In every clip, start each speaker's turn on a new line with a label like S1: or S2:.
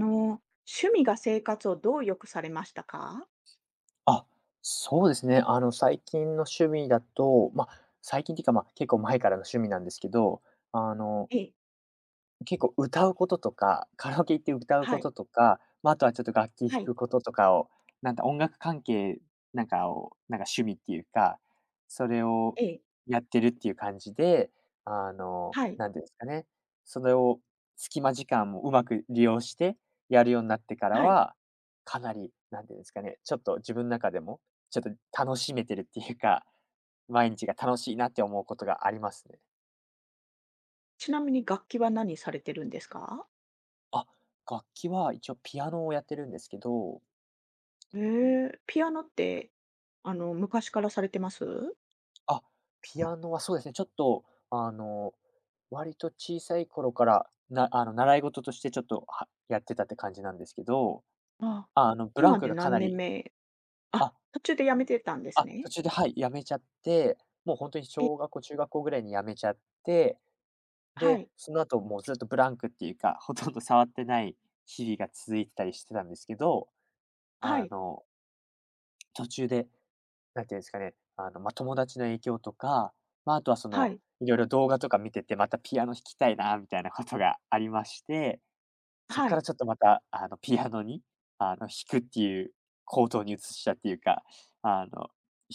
S1: 趣味が生活をどう良くされましたか？
S2: あ、そうですね。最近の趣味だと、まあ、最近っていうか、まあ、結構前からの趣味なんですけど、あの、
S1: ええ、
S2: 結構歌うこととか、カラオケ行って歌う
S1: は
S2: こ
S1: い、
S2: ととか、まあ、あとはちょっと楽器弾
S1: はい、
S2: くこととかを、なんか音楽関係なんかを、なんか趣味っていうか、それを
S1: ええ、
S2: やってるっていう感じで、
S1: はい、
S2: なんていうんですかね、それを隙間時間をうまく利用してやるようになってから
S1: はい。
S2: は、かなり、なんていうんですかね、ちょっと自分の中でも、ちょっと楽しめてるっていうか、毎日が楽しいなって思うことがありますね。
S1: ちなみに楽器は何されてるんですか？
S2: あ、楽器は一応ピアノをやってるんですけど、
S1: へえ、ピアノって、昔からされてます？
S2: あ、ピアノはそうですね、ちょっと、割と小さい頃から、あの、習い事としてちょっと、やってたって感じなんですけど、
S1: あ
S2: あの、ブラン
S1: 今
S2: ク
S1: で
S2: がか
S1: 何
S2: な
S1: 年
S2: り
S1: 目？
S2: あ、
S1: あ、途中で辞めてたんです
S2: 途
S1: ね。
S2: 中で、はい、やめちゃって、もう本当に
S1: え、
S2: 小学校、中学校ぐらいにやめちゃって、
S1: は
S2: で、
S1: い、
S2: その後もうずっとブランクっていうか、ほとんど触ってない日々が続いてたりしてたんですけど、
S1: は
S2: あ
S1: い、
S2: の、途中でなんていうんですかね、まあ、友達の影響とか、まあ、あとはそ
S1: は
S2: の、
S1: い、
S2: いろいろ動画とか見てて、またピアノ弾きたいなみたいなことがありまして、そこ
S1: は
S2: から
S1: い。
S2: ちょっとまた、ピアノに、弾くっていう行動に移したっていうか、あの、弾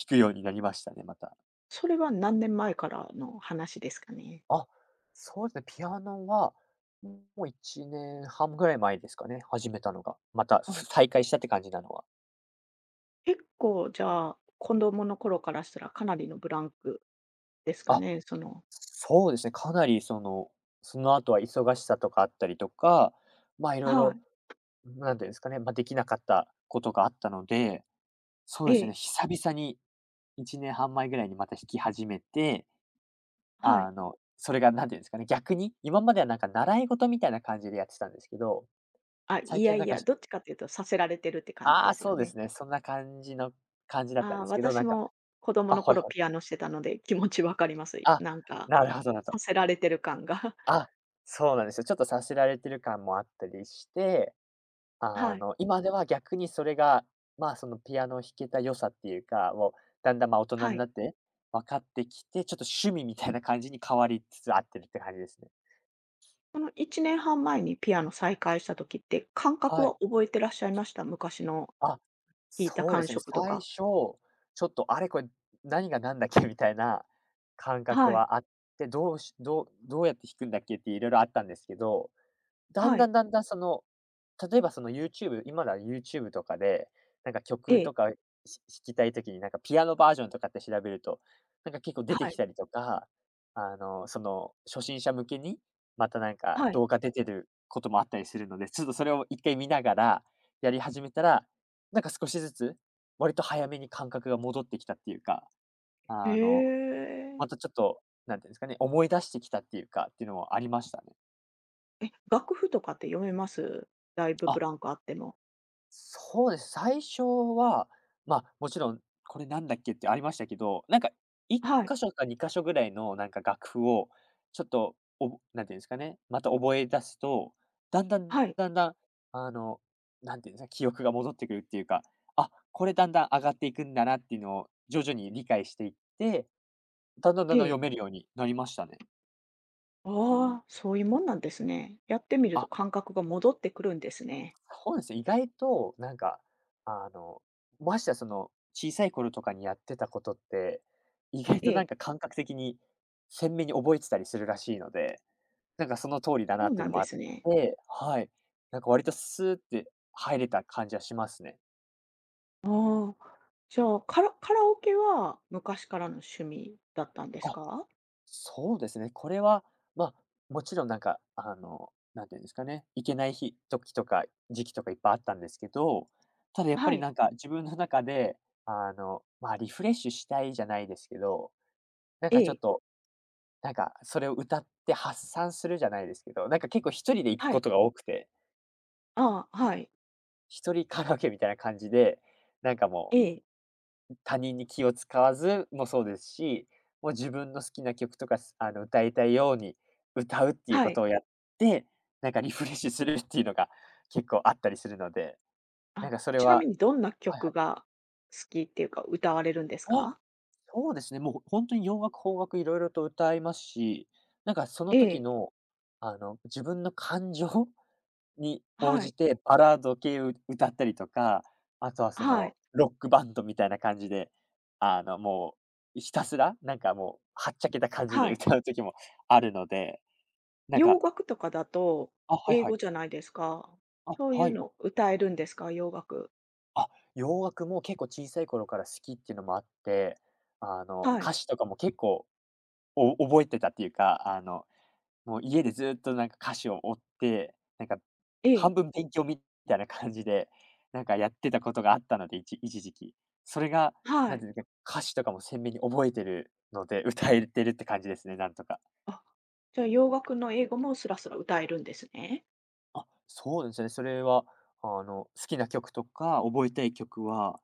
S2: くようになりましたね、また。
S1: それは何年前からの話ですかね？
S2: あ、そうですね、ピアノは、もう1年半ぐらい前ですかね、始めたのが。また、
S1: あ、
S2: 再開したって感じなのは。
S1: 結構じゃあ、子供の頃からしたらかなりのブランクですか
S2: あ
S1: ね？
S2: そうですね、かなりその、その後は忙しさとかあったりとか、まあ、いろい
S1: は
S2: ろ
S1: い。
S2: なんていうんですかね、ま、できなかったことがあったので、そう
S1: え
S2: ですね、
S1: え、
S2: 久々に1年半前ぐらいにまた弾き始めて、
S1: はい。
S2: それがなんていうんですかね、逆に、今まではなんか習い事みたいな感じでやってたんですけど、
S1: あ、
S2: 最
S1: いや
S2: 近は
S1: い
S2: なんか
S1: や、
S2: し
S1: どっちかっていうとさせられてるって感じ
S2: あ
S1: で
S2: あ、
S1: すよ
S2: そうで
S1: ね。
S2: すね、そんな感じの感じだったん
S1: ああ、
S2: ですけど、
S1: 私
S2: なんか、
S1: も子供の
S2: ほい
S1: 頃
S2: ほ
S1: ピ
S2: い、
S1: アノしてたので、気持ちわかります。
S2: あ、
S1: なんか、
S2: なるほどなと。
S1: させられてる感が。
S2: あ、そうなんですよ。ちょっとさせられてる感もあったりして、
S1: はい、
S2: 今では逆にそれが、まあ、そのピアノを弾けた良さっていうか、をだんだん、ま、大人
S1: は
S2: に
S1: い。
S2: なって分かってきて、ちょっと趣味みたいな感じに変わりつつあってるって感じですね。
S1: その1年半前にピアノ再開した時って、感覚
S2: は
S1: は
S2: い。
S1: 覚えてらっしゃいました？昔の
S2: あ、
S1: 弾いた
S2: そうで
S1: 感
S2: すね。
S1: 触と
S2: 最初、
S1: か。
S2: ちょっと、あれこれ、何が何だっけみたいな感覚
S1: はい、
S2: はあって、どうしどうどうやって弾くんだっけって色々あったんですけどだん
S1: は
S2: だ
S1: い。
S2: んだんだんその、例えばその 今なら YouTube とかで、なんか
S1: え
S2: 曲
S1: え、
S2: とか、弾きたい時になんかピアノバージョンとかって調べると、なんか結構出て
S1: は
S2: き
S1: い、
S2: たりとか、その、初心者向けに、またなんか
S1: はい。
S2: 動画出てることもあったりするので、ちょっとそれを一回見ながらやり始めたら、なんか少しずつ、割と早めに感覚が戻ってきたっていうか、
S1: へ
S2: あの、
S1: え。
S2: またちょっと、なんていうんですかね、思い出してきたっていうか、っていうのもありましたね。
S1: え、楽譜とかって読めます？だいぶ
S2: あ
S1: ブランクあっても。
S2: そうです。最初は、ま、もちろん、これなんだっけってありましたけど、なんか1
S1: はい、
S2: 箇所か2箇所ぐらいのなんか楽譜を、ちょっと、なんていうんですかね、また覚え出すと、だんだん
S1: はい、
S2: だんだん、あの、なんていうんですか、記憶が戻ってくるっていうか、あ、これだんだん上がっていくんだなっていうのを徐々に理解していって、だんだんだ
S1: え
S2: んだん読
S1: え。
S2: めるようになりましたね。
S1: ああ、そういうもんなんですね。やってみると
S2: あ
S1: 感覚が戻ってくるんですね。
S2: そうですね、意外となんか、あの、ましてやその、小さい頃とかにやってたことって、意外
S1: え
S2: とな
S1: え、
S2: んか感覚的に鮮明に覚えてたりするらしいので、なんかその通りだ
S1: そ
S2: なっ
S1: う
S2: て
S1: な
S2: いう
S1: ん
S2: のも
S1: で
S2: あっ
S1: すね。
S2: て、はい。なんか割とスーって入れた感じはしますね。
S1: ああ、じゃあ、カラオケは昔からの趣味だったんです
S2: あ
S1: か？
S2: そうですね、これは、まあ、もちろんなんか、なんていうんですかね、行けない日時とか時期とかいっぱいあったんですけど、ただやっぱ
S1: は
S2: り
S1: い、
S2: なんか自分の中で、まあ、リフレッシュしたいじゃないですけど、なん
S1: え
S2: かちょっ
S1: え、
S2: と、なんかそれを歌って発散するじゃないですけど、なんか結構一人で行く
S1: は
S2: こ
S1: い、
S2: とが多くて、
S1: ああ、はい、
S2: 一人カラオケみたいな感じで、なんか
S1: え
S2: もう
S1: え、
S2: 他人に気を使わずもそうですし、もう自分の好きな曲とか、歌いたいように歌うっていう
S1: は
S2: こと
S1: い。
S2: をやって、なんかリフレッシュするっていうのが 結構あったりするので、なん
S1: あ、
S2: かそれ
S1: ちなみ
S2: は
S1: にどんな
S2: はいは
S1: 曲
S2: い。
S1: が好きっていうか、歌われるんです
S2: あ、
S1: か？
S2: そうですね、もうほんとに洋楽、邦楽いろいろと歌いますし、なんかその
S1: え
S2: 時
S1: え、
S2: の、自分の感情に応
S1: は
S2: じ
S1: い、
S2: てバラード系を歌ったりとか、あとはそ
S1: は
S2: の
S1: い、
S2: ロックバンドみたいな感じで、もうひたすら、なんかもうはっちゃけた感じで
S1: はい。
S2: 歌う時もあるので、なんか、
S1: 洋楽とかだと
S2: はい
S1: 英
S2: は
S1: 語
S2: い、
S1: じゃないですか。
S2: あ、
S1: そうい
S2: は
S1: う
S2: い、
S1: の歌えるんですか？洋楽。
S2: あ、洋楽も結構小さい頃から好きっていうのもあって、
S1: はい、
S2: 歌詞とかも結構覚えてたっていうか、もう家でずっとなんか歌詞を追って、なんか
S1: ええ。
S2: 半分勉強みたいな感じで、なんかやってたことがあったので、一時期。それが、
S1: は
S2: なん
S1: い。
S2: ていうんですか、歌詞とかも鮮明に覚えてるので、歌えてるって感じですね、なんとか。
S1: あ、じゃあ洋楽の英語もスラスラ歌えるんですね。
S2: そうですね。それは、好きな曲とか覚えたい曲は、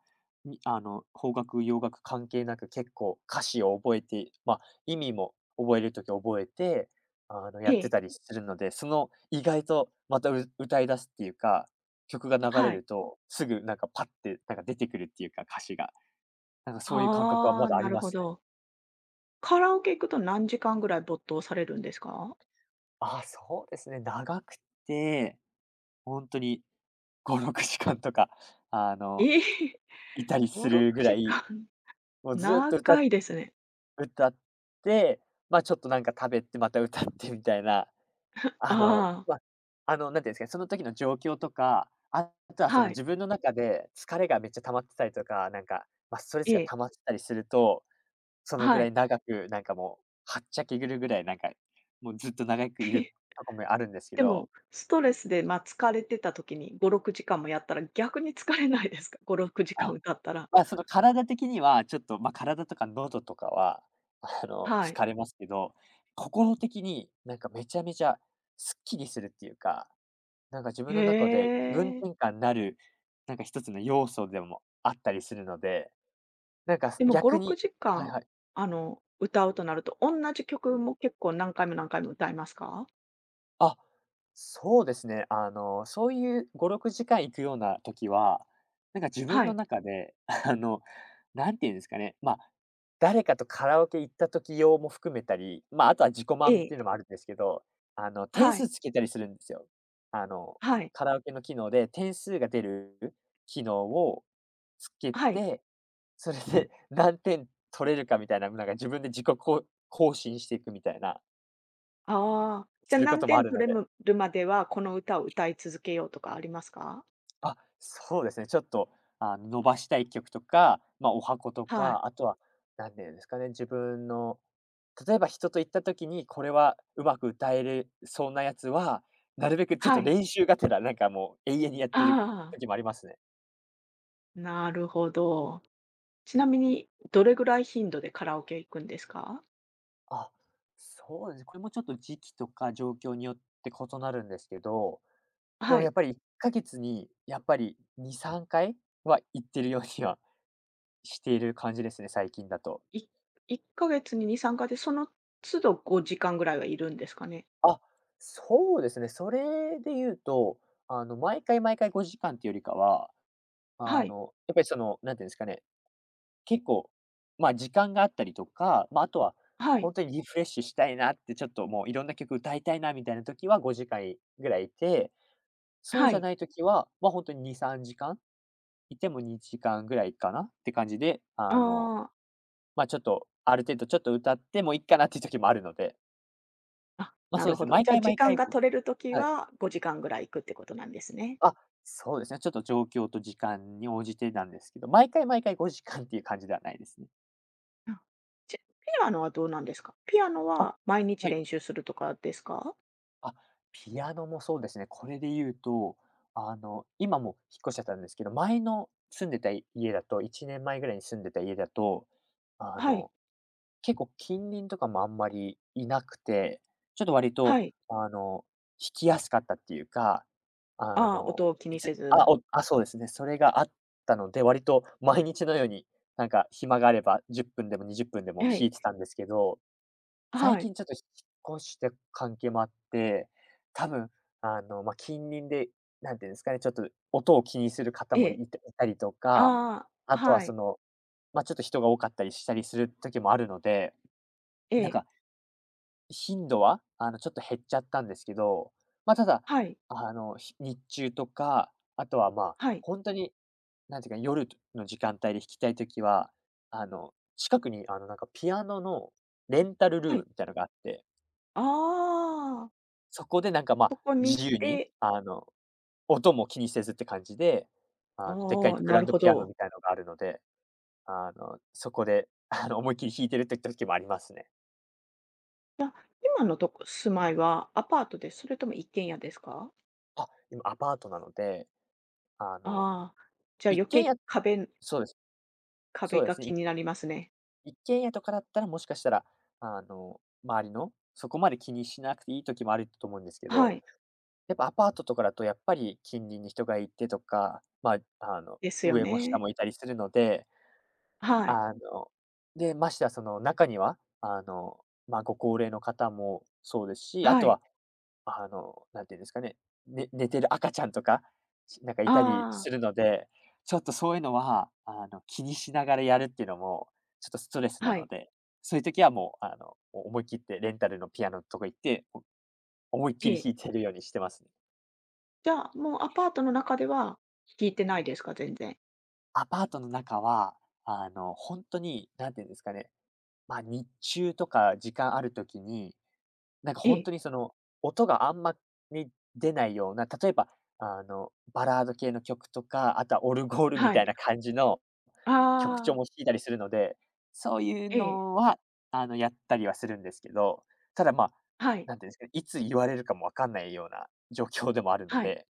S2: にあの、邦楽、洋楽関係なく結構歌詞を覚えて、まあ、意味も覚えるとき覚えて、
S1: え
S2: やって
S1: え、
S2: たりするので、その意外とまた、歌い出すっていうか、曲が流れ
S1: はい。
S2: ると、すぐなんかパッてなんか出てくるっていうか、歌詞が。なんかそういう感覚は
S1: あ
S2: ま
S1: あ、
S2: だあ
S1: な
S2: り
S1: る
S2: ま
S1: ほ
S2: すね。
S1: ど。カラオケ行くと何時間ぐらい没頭されるんですか？
S2: そうですね。長くて、本当に5、6時間とか、あの
S1: ええ、
S2: いたり
S1: 5、
S2: する
S1: 6
S2: ぐら
S1: 時
S2: い、
S1: 間。
S2: も うずっと
S1: 長いですね。
S2: 歌って、まあ、ちょっとなんか食べて、また歌ってみたいな、あの、
S1: あ
S2: ま、あの、なんて言うんですかね、その時の状況とか、あとは
S1: あ、
S2: その
S1: はい。
S2: 自分の中で疲れがめっちゃ溜まってたりとか、なんか、ま、ストレス
S1: え
S2: が
S1: え、
S2: 溜まってたりすると、そのぐ
S1: は
S2: ら
S1: い。
S2: い長くなんかもう、はっちゃけぐるぐらいなんか、もうずっと長くいる とこもあるんですけ
S1: で
S2: ど
S1: も、ストレスで、まあ、疲れてた時に5、6時間もやったら逆に疲れないですか？5、6時間
S2: あ
S1: 歌ったら。
S2: まあ、その体的には、ちょっと、まあ、体とか喉とかは、
S1: はい。
S2: 疲れますけど、心的に、なんか、めちゃめちゃすっきりするっていうか、なんか、自
S1: へ
S2: 分の中で気分
S1: え。
S2: 転換になる、なんか、一つの要素でもあったりするので、なんか、
S1: でも5、
S2: 逆
S1: 6
S2: に
S1: 時
S2: はい
S1: 間、
S2: はい。
S1: 歌うとなると、同じ曲も結構何回も何回も歌いますか？
S2: あ、そうですね。そういう5、6時間行くような時は、なんか自分
S1: は
S2: の
S1: い。
S2: 中で、何て言うんですかね、まあ、誰かとカラオケ行った時用も含めたり、まあ、あとは自己満っ
S1: え
S2: ていうの
S1: え。
S2: もあるんですけど、点
S1: はい。
S2: 数つけたりするんですよ。あの、
S1: はい。
S2: カラオケの機能で点数が出る機能をつけ
S1: はい。
S2: て、それで何点取れるかみたいな、なんか自分で自己こう更新していくみたいな、
S1: ああ、じゃ、
S2: するこ
S1: 何
S2: ともあ
S1: 点
S2: る
S1: 取
S2: の
S1: れ
S2: で。
S1: るまでは、この歌を歌い続けようとかありますか？
S2: あ、そうですね、ちょっと、あ、伸ばしたい曲とか、まあ、おはこと
S1: はい。
S2: か、あとは、なんていうんですかね、自分の例えば人と行った時に、これはうまく歌えるそうなやつは、なるべくちょっ
S1: は
S2: と
S1: い。
S2: 練習がてら、なんかもう永遠にやってる
S1: ああ、
S2: 時もありますね。
S1: なるほど。ちなみに、どれぐらい頻度でカラオケ行くんですか？
S2: あ、そうですね。これもちょっと時期とか状況によって異なるんですけど、で
S1: は
S2: もや
S1: い。
S2: っぱり1ヶ月にやっぱり2、3回は行ってるようにはしている感じですね、最近だと。
S1: い1ヶ月に2、3回で、その都度5時間ぐらいはいるんですかね？
S2: あ、そうですね。それで言うと、毎回毎回5時間っていうよりかは、
S1: はい。
S2: やっぱりその、なんていうんですかね、結構、まあ、時間があったりとか、ま、ああとは
S1: はい。
S2: 本当にリフレッシュしたいなって、ちょっともういろんな曲歌いたいなみたいな時は5時間ぐらいいて、そう
S1: は
S2: じゃ
S1: い。
S2: ない時は、ま、あ本当に2、3時間いても2時間ぐらいかなって感じで、
S1: ああ。
S2: ま、ちょっと、ある程度ちょっと歌ってもういかなっていう時もあるので、
S1: あ、
S2: ま、
S1: な
S2: そう
S1: る
S2: で
S1: ほ
S2: すね、
S1: ど。
S2: 毎
S1: じゃあ、
S2: 回
S1: 時
S2: 毎
S1: 間
S2: 回、
S1: が取れるとき
S2: はい。
S1: は5時間ぐらい行くってことなんですね。
S2: あ、そうですね。ちょっと状況と時間に応じてなんですけど、毎回毎回5時間っていう感じではないですね。
S1: うん。じゃピアノはどうなんですか？ピアノ
S2: あ、
S1: は毎日
S2: はい。
S1: 練習するとかですか？
S2: あ、ピアノもそうですね。これで言うと、今もう引っ越しちゃったんですけど、前の住んでた家だと、1年前ぐらいに住んでた家だと、あ
S1: はい。
S2: の結構近隣とかもあんまりいなくて、ちょっと割
S1: は
S2: と、
S1: い。
S2: あの、引きやすかったっていうか、あ
S1: ああ、
S2: の、
S1: 音を気
S2: い
S1: にせ
S2: つあ、
S1: ず。
S2: おあ、そうですね、それがあったので、割と毎日のように、なんか暇があれば10分でも20分でも
S1: は
S2: 弾
S1: い。
S2: いてたんですけど、最
S1: はい。
S2: 近ちょっと引っ越して関係もあって、多分、まあ、近隣で、なんていうんですかね、ちょっと音を気にする方
S1: え
S2: も
S1: え。
S2: いたいたりとか、
S1: ああ、
S2: あとは
S1: は
S2: そ
S1: い。
S2: の、まあ、ちょっと人が多かったりしたりする時もあるので、
S1: え
S2: なん
S1: え。
S2: か、頻度は、ちょっと減っちゃったんですけど、まあ、ただ、
S1: はい。
S2: 日中とか、あとは、まあ、
S1: はい。
S2: ほんとに、なんていうか、夜の時間帯で弾きたい時は、近くに、なんかピアノのレンタルル
S1: は
S2: ー
S1: い。
S2: ムみたいのがあって、
S1: ああ、
S2: そこでなんか、ま、
S1: そこに行っ
S2: 自由に、
S1: て、
S2: 音も気にせずって感じで、でっかい
S1: ああ、
S2: グ
S1: な
S2: ラ
S1: る
S2: ンド
S1: ほ
S2: ピアノ
S1: ど。
S2: みたいのがあるので、そこで、思いっきり弾いてるって時もありますね。
S1: じゃ、今のとこ住まいはアパートです？それとも一軒家ですか？
S2: あ、今アパートなので、あの、
S1: ああ、じゃあ
S2: 一
S1: 余
S2: 軒
S1: 計
S2: 家
S1: 壁
S2: そうです。
S1: 壁
S2: そうで
S1: が
S2: すね。
S1: 気
S2: い
S1: になりますね。
S2: 一軒家とかだったら、もしかしたら、周りの、そこまで気にしなくていい時もあると思うんですけ
S1: は
S2: ど、
S1: い。
S2: やっぱアパートとかだとやっぱり近隣に人がいてとか、まあ、
S1: ですよ
S2: 上も下
S1: ね。
S2: もいたりするので、
S1: はい。
S2: あの、で、ましてはその中には、まあ、ご高齢の方もそうですし、あ
S1: は
S2: と
S1: い。
S2: はなんていうんですかね、ね寝てる赤ちゃんとか、なんかいたり
S1: あ
S2: す
S1: あ、
S2: るので、ちょっとそういうのは、気にしながらやるっていうのも、ちょっとストレスな
S1: は
S2: の
S1: い。
S2: で、そういう時はもう、思い切ってレンタルのピアノのとか行って、お思いっ
S1: え
S2: きり
S1: え。
S2: 弾いてるようにしてますね。
S1: じゃあ、もうアパートの中では聞いてないですか？全然。
S2: アパートの中は、ほんとに、なんていうんですかね、まあ、日中とか時間ある時に、なんか
S1: え
S2: 本
S1: え、
S2: 当にその、音があんまり出ないような、例えば、バラード系の曲とか、あとはオルゴールみ
S1: は
S2: たい
S1: い。
S2: な感じの曲調
S1: ああ、
S2: も弾いたりするので、そういう
S1: ええ、
S2: のはやったりはするんですけど、ただ、まあ、
S1: はい、
S2: なんていうんですかね、いつ言われるかも分かんないような状況でもあるの
S1: はい、
S2: で、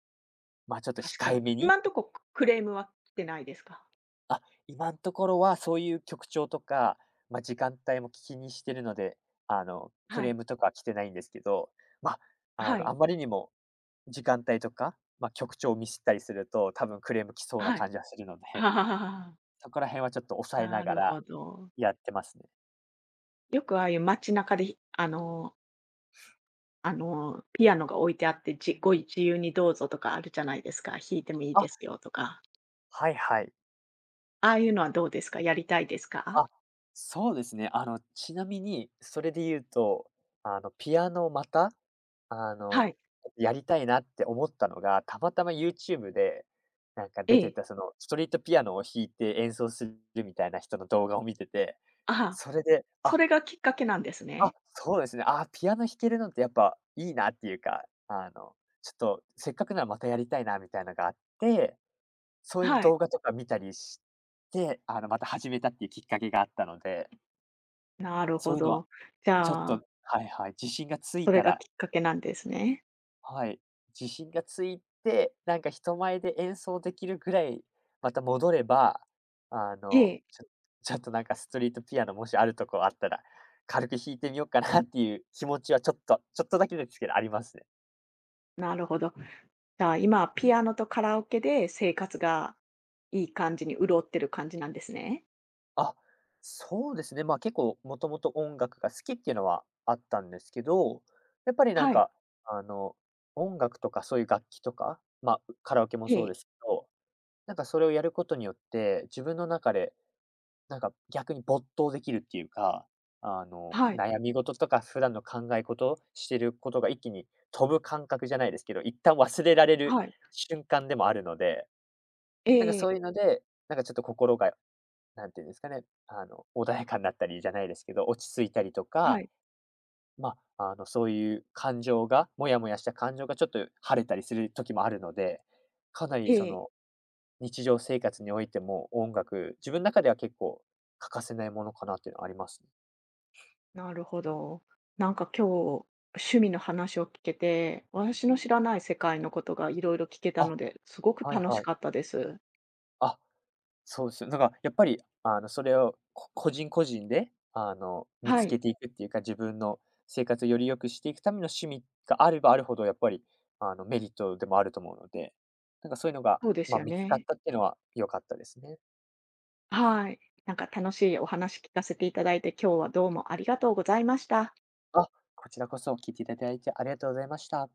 S2: ま、ちょっと
S1: 確か
S2: 控え
S1: に。
S2: めに、
S1: 今んとこ、クレームは来てないですか？
S2: あ、今のところはそういう曲調とか、ま、時間帯も気にしてるので、ク
S1: は
S2: レー
S1: い、
S2: ムとかは来てないんですけど、まあ、
S1: はい、
S2: あまりにも時間帯とか、まあ、曲調をミスったりすると、多分クレーム来そうな
S1: は
S2: 感じはするので、
S1: い。ああ、
S2: そこら辺はちょっと抑えな
S1: な
S2: が
S1: るほ
S2: ら
S1: ど。
S2: やってますね。
S1: よくああいう街中で、あのピアノが置いてあって、ご自由にどうぞとかあるじゃないですか。弾いてもいいで
S2: あ、
S1: すよとか。
S2: はいはい。
S1: ああいうのはどうですか？やりたいですか？
S2: あ、そうですね。ちなみにそれで言うと、ピアノまた、あ
S1: は
S2: の、
S1: い。
S2: やりたいなって思ったのが、たまたま YouTube で、なんか
S1: え
S2: 出て
S1: え。
S2: たそのストリートピアノを弾いて演奏するみたいな人の動画を見てて、
S1: あは、
S2: それで、
S1: そ
S2: あ、
S1: れがきっかけなんです
S2: あ、
S1: ね。
S2: そうですね。あ、ピアノ弾けるのってやっぱいいなっていうか、ちょっとせっかくならまたやりたいなみたいなのがあって、そういう
S1: はい。
S2: 動画とか見たりして、また始めたっていうきっかけがあったので、
S1: なるほ
S2: そういうのは
S1: ど。じ
S2: ちょっ
S1: ゃ
S2: と
S1: あ、
S2: はいはい、自信がつい
S1: そ
S2: た
S1: れが
S2: ら、
S1: きっかけなんですね。
S2: はい。自信がついて、なんか人前で演奏できるぐらいまた戻れば、
S1: ええ、
S2: ちょ ちょっとなんかストリートピアノもしあるとこあったら、軽く弾いてみようかなっていう気持ちはちょっと、ちょっとだけですけどありますね。
S1: なるほど。じゃあ、今はピアノとカラオケで生活がいい感じに潤ってる感じなんですね。
S2: あ、そうですね。まあ結構もともと音楽が好きっていうのはあったんですけど、やっぱりなん
S1: はい。
S2: か、あの、音楽とかそういう楽器とか、まあカラオケも
S1: え
S2: そう
S1: え。
S2: ですけど、なんかそれをやることによって自分の中でなんか逆に没頭できるっていうか、
S1: はい。
S2: 悩み事とか普段の考え事、してることが一気に飛ぶ感覚じゃないですけど、一旦忘れられる
S1: はい。
S2: 瞬間でもあるので、なんか
S1: え
S2: そう
S1: え、
S2: いうので、なんかちょっと心が、なんていうんですかね、穏やかになったりじゃないですけど、落ち着いたりと
S1: は
S2: か、
S1: い。
S2: まあ、そういう感情が、もやもやした感情がちょっと晴れたりする時もあるので、かなり
S1: え
S2: そ
S1: え。
S2: の日常生活においても、音楽、自分の中では結構欠かせないものかなっていうのはありますね。
S1: なるほど。なんか今日、趣味の話を聞けて、私の知らない世界のことがいろいろ聞けた
S2: あ、
S1: ので、すごく
S2: はい
S1: 楽し
S2: はい。
S1: かったです。
S2: あ、そうです、なんかやっぱり、それを個人個人で、見
S1: は
S2: つ
S1: い、
S2: けていくっていうか、自分の生活をより良くしていくための趣味があればあるほど、やっぱり、メリットでもあると思うので、なんかそういうのが、
S1: そうで
S2: ま
S1: す
S2: あ、
S1: よ
S2: 見つかっ
S1: ね。
S2: たっていうのは良かったですね。
S1: はい。なんか楽しいお話聞かせていただいて、今日はどうもありがとうございました。
S2: あ、こちらこそ聞いていただいてありがとうございました。